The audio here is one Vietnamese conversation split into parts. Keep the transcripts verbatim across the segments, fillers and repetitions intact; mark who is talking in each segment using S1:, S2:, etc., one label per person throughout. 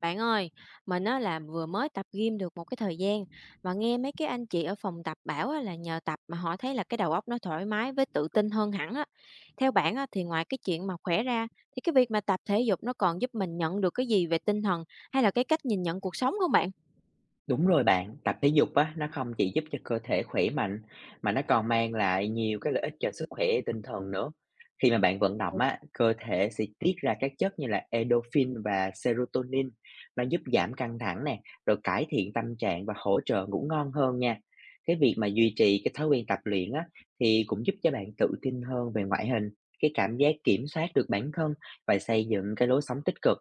S1: Bạn ơi, mình á là vừa mới tập gym được một cái thời gian mà nghe mấy cái anh chị ở phòng tập bảo á là nhờ tập mà họ thấy là cái đầu óc nó thoải mái với tự tin hơn hẳn á. Theo bạn á thì ngoài cái chuyện mà khỏe ra thì cái việc mà tập thể dục nó còn giúp mình nhận được cái gì về tinh thần hay là cái cách nhìn nhận cuộc sống không bạn?
S2: Đúng rồi bạn, tập thể dục á, nó không chỉ giúp cho cơ thể khỏe mạnh mà nó còn mang lại nhiều cái lợi ích cho sức khỏe tinh thần nữa. Khi mà bạn vận
S1: Ừ,
S2: động á, cơ thể sẽ tiết ra các chất như là endorphin và serotonin, nó giúp giảm căng thẳng nè, rồi cải thiện tâm trạng và hỗ trợ ngủ ngon hơn nha. Cái việc mà duy trì cái thói quen tập luyện á thì cũng giúp cho bạn tự tin hơn về ngoại hình, cái cảm giác kiểm soát được bản thân và xây dựng cái lối sống tích cực.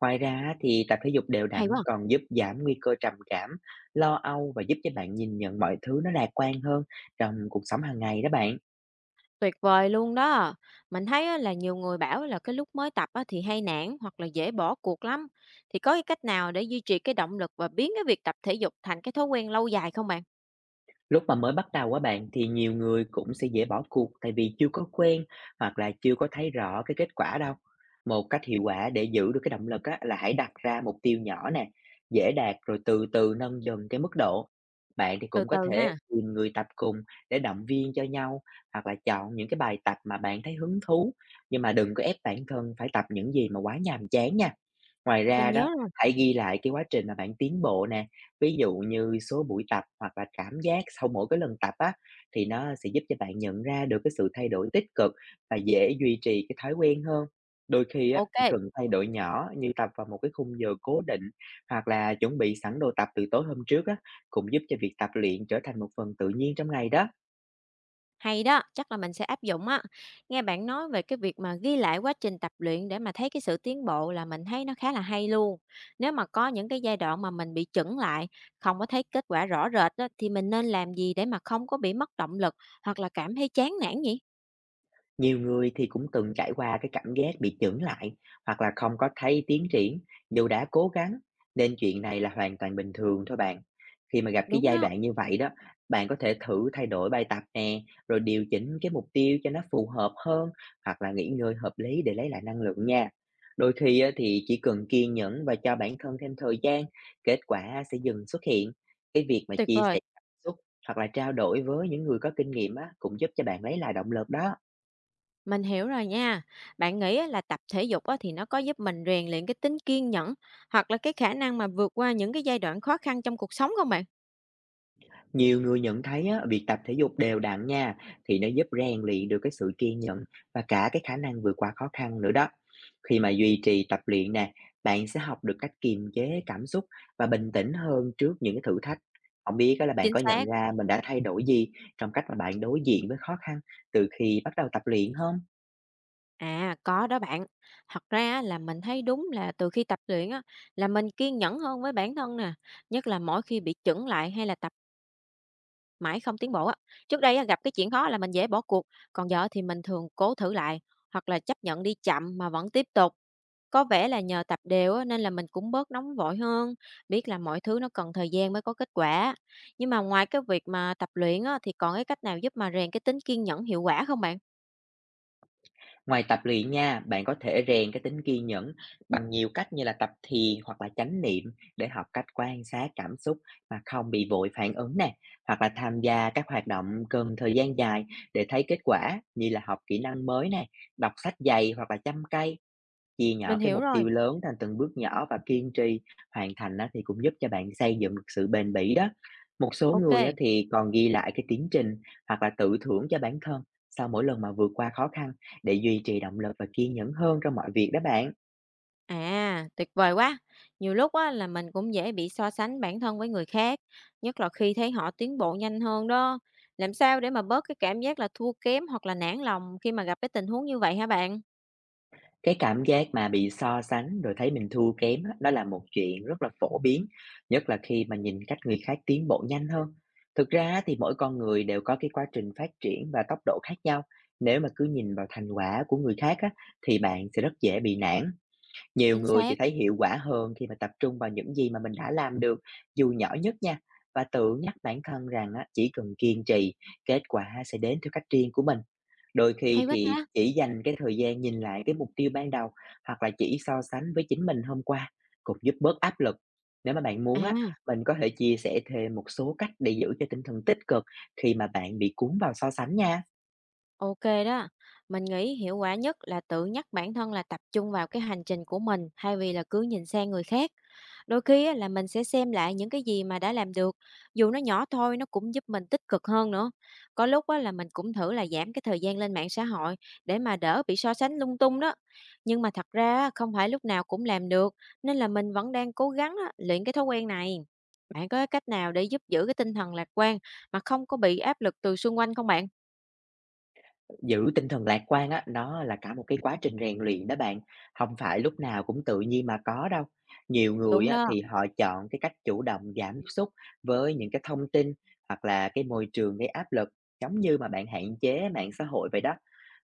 S2: Ngoài ra thì tập thể dục đều
S1: hay
S2: đặn
S1: quá,
S2: còn giúp giảm nguy cơ trầm cảm, lo âu và giúp cho bạn nhìn nhận mọi thứ nó lạc quan hơn trong cuộc sống hàng ngày đó bạn.
S1: tuyệt vời luôn đó. Mình thấy á là nhiều người bảo là cái lúc mới tập á thì hay nản hoặc là dễ bỏ cuộc lắm. Thì có cái cách nào để duy trì cái động lực và biến cái việc tập thể dục thành cái thói quen lâu dài không bạn?
S2: Lúc mà mới bắt đầu á bạn thì nhiều người cũng sẽ dễ bỏ cuộc tại vì chưa có quen hoặc là chưa có thấy rõ cái kết quả đâu. Một cách hiệu quả để giữ được cái động lực á, là hãy đặt ra mục tiêu nhỏ nè, dễ đạt rồi từ từ nâng dần cái mức độ. Bạn thì
S1: Từ
S2: cũng có
S1: từ
S2: thể
S1: ha.
S2: tìm người tập cùng để động viên cho nhau hoặc là chọn những cái bài tập mà bạn thấy hứng thú, nhưng mà đừng có ép bản thân phải tập những gì mà quá nhàm chán nha. Ngoài
S1: Mình
S2: ra đó,
S1: nhớ rồi.
S2: hãy ghi lại cái quá trình mà bạn tiến bộ nè. Ví dụ như số buổi tập hoặc là cảm giác sau mỗi cái lần tập á, thì nó sẽ giúp cho bạn nhận ra được cái sự thay đổi tích cực và dễ duy trì cái thói quen hơn. Đôi khi á, chỉ
S1: OK,
S2: cần thay đổi nhỏ như tập vào một cái khung giờ cố định hoặc là chuẩn bị sẵn đồ tập từ tối hôm trước á, cũng giúp cho việc tập luyện trở thành một phần tự nhiên trong ngày đó.
S1: hay đó, chắc là mình sẽ áp dụng á. Nghe bạn nói về cái việc mà ghi lại quá trình tập luyện để mà thấy cái sự tiến bộ là mình thấy nó khá là hay luôn. Nếu mà có những cái giai đoạn mà mình bị chững lại, không có thấy kết quả rõ rệt á, thì mình nên làm gì để mà không có bị mất động lực hoặc là cảm thấy chán nản nhỉ?
S2: Nhiều người thì cũng từng trải qua cái cảm giác bị chững lại hoặc là không có thấy tiến triển dù đã cố gắng, nên chuyện này là hoàn toàn bình thường thôi bạn. Khi mà gặp cái
S1: Đúng
S2: giai
S1: đó,
S2: đoạn như vậy đó, bạn có thể thử thay đổi bài tập nè, rồi điều chỉnh cái mục tiêu cho nó phù hợp hơn hoặc là nghỉ ngơi hợp lý để lấy lại năng lượng nha. Đôi khi á, thì chỉ cần kiên nhẫn và cho bản thân thêm thời gian, kết quả sẽ dần xuất hiện. Cái việc mà
S1: tuyệt
S2: chia
S1: vời.
S2: sẻ cảm xúc hoặc là trao đổi với những người có kinh nghiệm á, cũng giúp cho bạn lấy lại động lực đó.
S1: Mình hiểu rồi nha. Bạn nghĩ á là tập thể dục á thì nó có giúp mình rèn luyện cái tính kiên nhẫn hoặc là cái khả năng mà vượt qua những cái giai đoạn khó khăn trong cuộc sống không bạn?
S2: Nhiều người nhận thấy á, việc tập thể dục đều đặn nha thì nó giúp rèn luyện được cái sự kiên nhẫn và cả cái khả năng vượt qua khó khăn nữa đó. Khi mà duy trì tập luyện nè, bạn sẽ học được cách kiềm chế cảm xúc và bình tĩnh hơn trước những cái thử thách. Không biết á là bạn
S1: Chính
S2: có nhận
S1: xác.
S2: ra mình đã thay đổi gì trong cách mà bạn đối diện với khó khăn từ khi bắt đầu tập luyện không?
S1: À, có đó bạn. Thật ra á, là mình thấy đúng là từ khi tập luyện á, là mình kiên nhẫn hơn với bản thân nè, nhất là mỗi khi bị chững lại hay là tập mãi không tiến bộ á. Trước đây á, gặp cái chuyện khó là mình dễ bỏ cuộc, còn giờ thì mình thường cố thử lại hoặc là chấp nhận đi chậm mà vẫn tiếp tục. Có vẻ là nhờ tập đều á, nên là mình cũng bớt nóng vội hơn, biết là mọi thứ nó cần thời gian mới có kết quả. Nhưng mà ngoài cái việc mà tập luyện á, thì còn cái cách nào giúp mà rèn cái tính kiên nhẫn hiệu quả không bạn?
S2: Ngoài tập luyện nha, bạn có thể rèn cái tính kiên nhẫn bằng nhiều cách như là tập thiền hoặc là chánh niệm để học cách quan sát cảm xúc mà không bị vội phản ứng nè, hoặc là tham gia các hoạt động cần thời gian dài để thấy kết quả như là học kỹ năng mới nè, đọc sách dày hoặc là chăm cây. Chia
S1: Mình
S2: nhỏ cái
S1: hiểu
S2: mục
S1: rồi.
S2: tiêu lớn thành từng bước nhỏ và kiên trì hoàn thành á, thì cũng giúp cho bạn xây dựng được sự bền bỉ đó. Một số
S1: Ok.
S2: người á, thì còn ghi lại cái tiến trình hoặc là tự thưởng cho bản thân sau mỗi lần mà vượt qua khó khăn để duy trì động lực và kiên nhẫn hơn trong mọi việc đó bạn.
S1: À, tuyệt vời quá! Nhiều lúc á, là mình cũng dễ bị so sánh bản thân với người khác, nhất là khi thấy họ tiến bộ nhanh hơn đó. Làm sao để mà bớt cái cảm giác là thua kém hoặc là nản lòng khi mà gặp cái tình huống như vậy hả bạn?
S2: Cái cảm giác mà bị so sánh rồi thấy mình thua kém á, đó là một chuyện rất là phổ biến, nhất là khi mà nhìn cách người khác tiến bộ nhanh hơn. Thực ra á, thì mỗi con người đều có cái quá trình phát triển và tốc độ khác nhau. Nếu mà cứ nhìn vào thành quả của người khác á, thì bạn sẽ rất dễ bị nản. Nhiều
S1: Chính
S2: người thì
S1: xác.
S2: thấy hiệu quả hơn khi mà tập trung vào những gì mà mình đã làm được, dù nhỏ nhất nha, và tự nhắc bản thân rằng á, chỉ cần kiên trì, kết quả sẽ đến theo cách riêng của mình. Đôi khi
S1: Hay quá
S2: thì
S1: ta!
S2: chỉ dành cái thời gian nhìn lại cái mục tiêu ban đầu hoặc là chỉ so sánh với chính mình hôm qua cũng giúp bớt áp lực. Nếu mà bạn muốn á,
S1: À.
S2: mình có thể chia sẻ thêm một số cách để giữ cho tinh thần tích cực khi mà bạn bị cuốn vào so sánh nha.
S1: Ok đó. Mình nghĩ hiệu quả nhất là tự nhắc bản thân là tập trung vào cái hành trình của mình thay vì là cứ nhìn sang người khác. Đôi khi á, là mình sẽ xem lại những cái gì mà đã làm được, dù nó nhỏ thôi nó cũng giúp mình tích cực hơn nữa. Có lúc á, là mình cũng thử là giảm cái thời gian lên mạng xã hội để mà đỡ bị so sánh lung tung đó. Nhưng mà thật ra á, không phải lúc nào cũng làm được nên là mình vẫn đang cố gắng á, luyện cái thói quen này. Bạn có cái cách nào để giúp giữ cái tinh thần lạc quan mà không có bị áp lực từ xung quanh không bạn?
S2: Giữ tinh thần lạc quan á, nó là cả một cái quá trình rèn luyện đó bạn, không phải lúc nào cũng tự nhiên mà có đâu. Nhiều người
S1: Đúng
S2: á,
S1: đó.
S2: thì họ chọn cái cách chủ động giảm tiếp xúc với những cái thông tin hoặc là cái môi trường gây áp lực, giống như mà bạn hạn chế mạng xã hội vậy đó.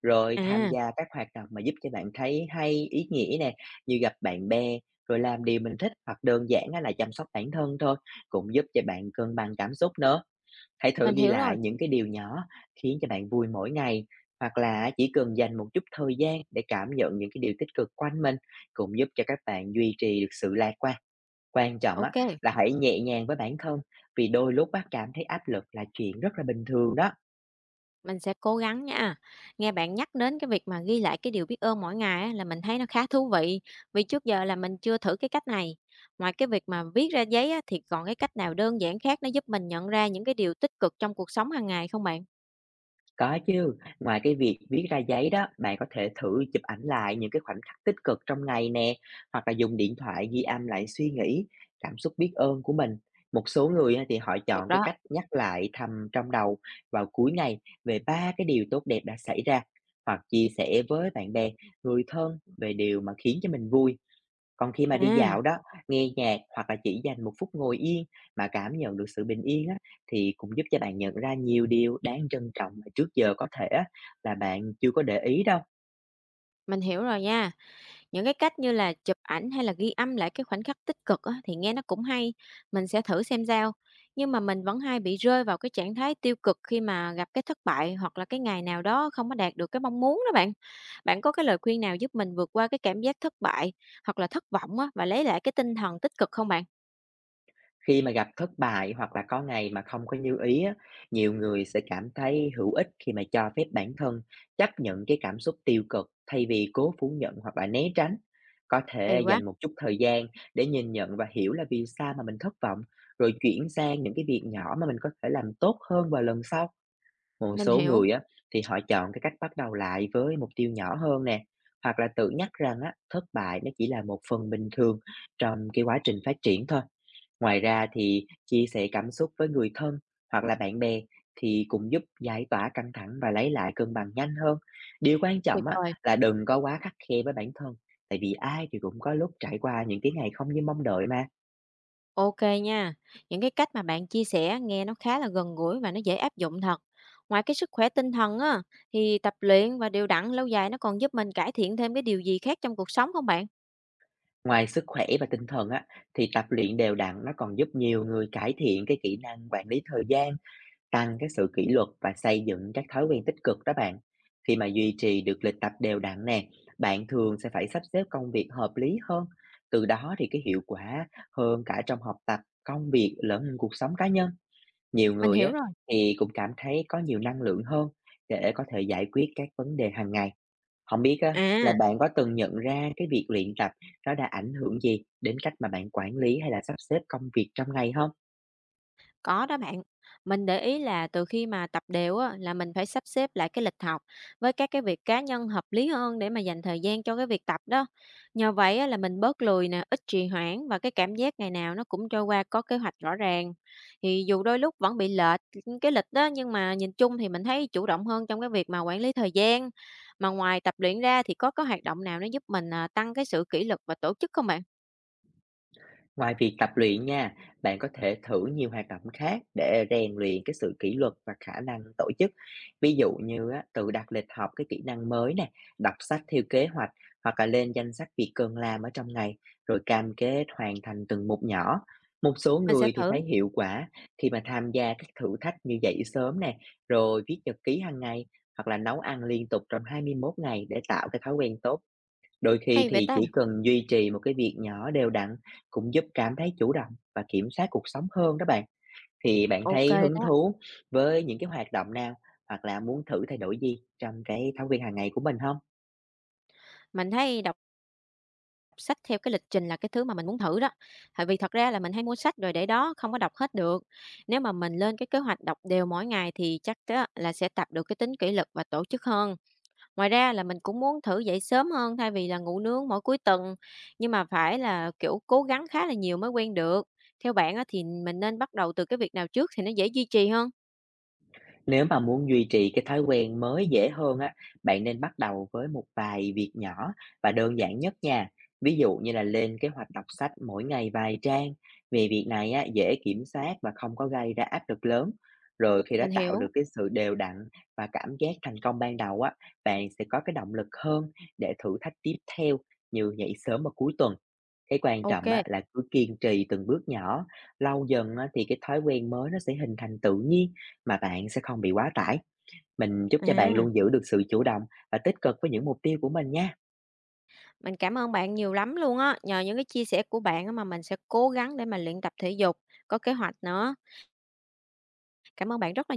S2: Rồi tham
S1: À,
S2: gia các hoạt động mà giúp cho bạn thấy hay, ý nghĩa nè, như gặp bạn bè, rồi làm điều mình thích hoặc đơn giản á, là chăm sóc bản thân thôi, cũng giúp cho bạn cân bằng cảm xúc nữa. Hãy thử
S1: mình
S2: ghi
S1: hiểu rồi.
S2: lại những cái điều nhỏ khiến cho bạn vui mỗi ngày hoặc là chỉ cần dành một chút thời gian để cảm nhận những cái điều tích cực quanh mình cũng giúp cho các bạn duy trì được sự lạc quan. Quan trọng á
S1: ok
S2: là hãy nhẹ nhàng với bản thân, vì đôi lúc á cảm thấy áp lực là chuyện rất là bình thường đó.
S1: mình sẽ cố gắng nha. Nghe bạn nhắc đến cái việc mà ghi lại cái điều biết ơn mỗi ngày á, là mình thấy nó khá thú vị, vì trước giờ là mình chưa thử cái cách này. Ngoài cái việc mà viết ra giấy á, thì còn cái cách nào đơn giản khác nó giúp mình nhận ra những cái điều tích cực trong cuộc sống hàng ngày không bạn?
S2: Có chứ, ngoài cái việc viết ra giấy đó, bạn có thể thử chụp ảnh lại những cái khoảnh khắc tích cực trong ngày nè, hoặc là dùng điện thoại ghi âm lại suy nghĩ, cảm xúc biết ơn của mình. Một số người á, thì họ
S1: Được
S2: chọn cái
S1: đó.
S2: cách nhắc lại thầm trong đầu vào cuối ngày về ba cái điều tốt đẹp đã xảy ra, hoặc chia sẻ với bạn bè, người thân về điều mà khiến cho mình vui. Còn khi mà đi
S1: À,
S2: dạo đó, nghe nhạc hoặc là chỉ dành một phút ngồi yên mà cảm nhận được sự bình yên á, thì cũng giúp cho bạn nhận ra nhiều điều đáng trân trọng mà trước giờ có thể á, là bạn chưa có để ý đâu.
S1: mình hiểu rồi nha. Những cái cách như là chụp ảnh hay là ghi âm lại cái khoảnh khắc tích cực á, thì nghe nó cũng hay, mình sẽ thử xem sao. Nhưng mà mình vẫn hay bị rơi vào cái trạng thái tiêu cực khi mà gặp cái thất bại hoặc là cái ngày nào đó không có đạt được cái mong muốn đó bạn. Bạn có cái lời khuyên nào giúp mình vượt qua cái cảm giác thất bại hoặc là thất vọng á, và lấy lại cái tinh thần tích cực không bạn?
S2: Khi mà gặp thất bại hoặc là có ngày mà không có như ý á, nhiều người sẽ cảm thấy hữu ích khi mà cho phép bản thân chấp nhận cái cảm xúc tiêu cực thay vì cố phủ nhận hoặc là né tránh. Có
S1: Hay
S2: thể
S1: quá,
S2: dành một chút thời gian để nhìn nhận và hiểu là vì sao mà mình thất vọng, rồi chuyển sang những cái việc nhỏ mà mình có thể làm tốt hơn vào lần sau. Một
S1: mình
S2: số
S1: hiểu,
S2: người á thì họ chọn cái cách bắt đầu lại với mục tiêu nhỏ hơn nè, hoặc là tự nhắc rằng á thất bại nó chỉ là một phần bình thường trong cái quá trình phát triển thôi. Ngoài ra thì chia sẻ cảm xúc với người thân hoặc là bạn bè thì cũng giúp giải tỏa căng thẳng và lấy lại cân bằng nhanh hơn. Điều quan
S1: tuyệt
S2: trọng á
S1: vời.
S2: là đừng có quá khắt khe với bản thân, tại vì ai thì cũng có lúc trải qua những cái ngày không như mong đợi mà.
S1: OK nha. Những cái cách mà bạn chia sẻ nghe nó khá là gần gũi và nó dễ áp dụng thật. Ngoài cái sức khỏe tinh thần á, thì tập luyện và đều đặn lâu dài nó còn giúp mình cải thiện thêm cái điều gì khác trong cuộc sống không bạn?
S2: Ngoài sức khỏe và tinh thần á, thì tập luyện đều đặn nó còn giúp nhiều người cải thiện cái kỹ năng quản lý thời gian, tăng cái sự kỷ luật và xây dựng các thói quen tích cực đó bạn. Khi mà duy trì được lịch tập đều đặn nè, bạn thường sẽ phải sắp xếp công việc hợp lý hơn. Từ đó thì cái hiệu quả hơn cả trong học tập, công việc lẫn cuộc sống cá nhân. Nhiều
S1: Mình
S2: người
S1: hiểu
S2: á,
S1: rồi.
S2: thì cũng cảm thấy có nhiều năng lượng hơn để có thể giải quyết các vấn đề hàng ngày. Không biết á, là
S1: À.
S2: bạn có từng nhận ra cái việc luyện tập nó đã ảnh hưởng gì đến cách mà bạn quản lý hay là sắp xếp công việc trong ngày không?
S1: Có đó bạn. Mình để ý là từ khi mà tập đều á là mình phải sắp xếp lại cái lịch học với các cái việc cá nhân hợp lý hơn để mà dành thời gian cho cái việc tập đó. Nhờ vậy á, là mình bớt lười nè, ít trì hoãn và cái cảm giác ngày nào nó cũng trôi qua có kế hoạch rõ ràng. Thì dù đôi lúc vẫn bị lệch ừ, cái lịch đó nhưng mà nhìn chung thì mình thấy chủ động hơn trong cái việc mà quản lý thời gian. Mà ngoài tập luyện ra thì có cái hoạt động nào nó giúp mình à, tăng cái sự kỷ luật và tổ chức không bạn?
S2: Ngoài việc tập luyện nha, bạn có thể thử nhiều hoạt động khác để rèn luyện cái sự kỷ luật và khả năng tổ chức. Ví dụ như á, tự đặt lịch học cái kỹ năng mới nè, đọc sách theo kế hoạch hoặc là lên danh sách việc cần làm ở trong ngày rồi cam kết hoàn thành từng mục nhỏ. Một số
S1: Mình sẽ
S2: người thì
S1: thử.
S2: thấy hiệu quả khi mà tham gia các thử thách như dậy sớm nè, rồi viết nhật ký hàng ngày hoặc là nấu ăn liên tục trong hai mươi mốt ngày để tạo cái thói quen tốt. Đôi khi
S1: Hay vậy
S2: thì
S1: ta.
S2: chỉ cần duy trì một cái việc nhỏ đều đặn cũng giúp cảm thấy chủ động và kiểm soát cuộc sống hơn đó bạn. Thì bạn
S1: Ok
S2: thấy hứng
S1: đó.
S2: thú với những cái hoạt động nào hoặc là muốn thử thay đổi gì trong cái thói quen hàng ngày của mình không?
S1: Mình thấy đọc sách theo cái lịch trình là cái thứ mà mình muốn thử đó. Tại vì thật ra là mình hay mua sách rồi để đó, không có đọc hết được. Nếu mà mình lên cái kế hoạch đọc đều mỗi ngày thì chắc á là sẽ tập được cái tính kỷ luật và tổ chức hơn. Ngoài ra là mình cũng muốn thử dậy sớm hơn thay vì là ngủ nướng mỗi cuối tuần, nhưng mà phải là, kiểu, cố gắng khá là nhiều mới quen được. Theo bạn á thì mình nên bắt đầu từ cái việc nào trước thì nó dễ duy trì hơn?
S2: Nếu mà muốn duy trì cái thói quen mới dễ hơn á, bạn nên bắt đầu với một vài việc nhỏ và đơn giản nhất nha. Ví dụ như là lên kế hoạch đọc sách mỗi ngày vài trang. Vì việc này á, dễ kiểm soát và không có gây ra áp lực lớn. Rồi khi đã
S1: Mình
S2: tạo
S1: hiểu,
S2: được cái sự đều đặn và cảm giác thành công ban đầu á, bạn sẽ có cái động lực hơn để thử thách tiếp theo như dậy sớm vào cuối tuần. Cái quan trọng
S1: Ok.
S2: á, là cứ kiên trì từng bước nhỏ, lâu dần á, thì cái thói quen mới nó sẽ hình thành tự nhiên mà bạn sẽ không bị quá tải. Mình chúc cho bạn
S1: À,
S2: luôn giữ được sự chủ động và tích cực với những mục tiêu của mình nha.
S1: mình cảm ơn bạn nhiều lắm luôn á. Nhờ những cái chia sẻ của bạn á mà mình sẽ cố gắng để mà luyện tập thể dục, có kế hoạch nữa. Cảm ơn bạn rất là nhiều.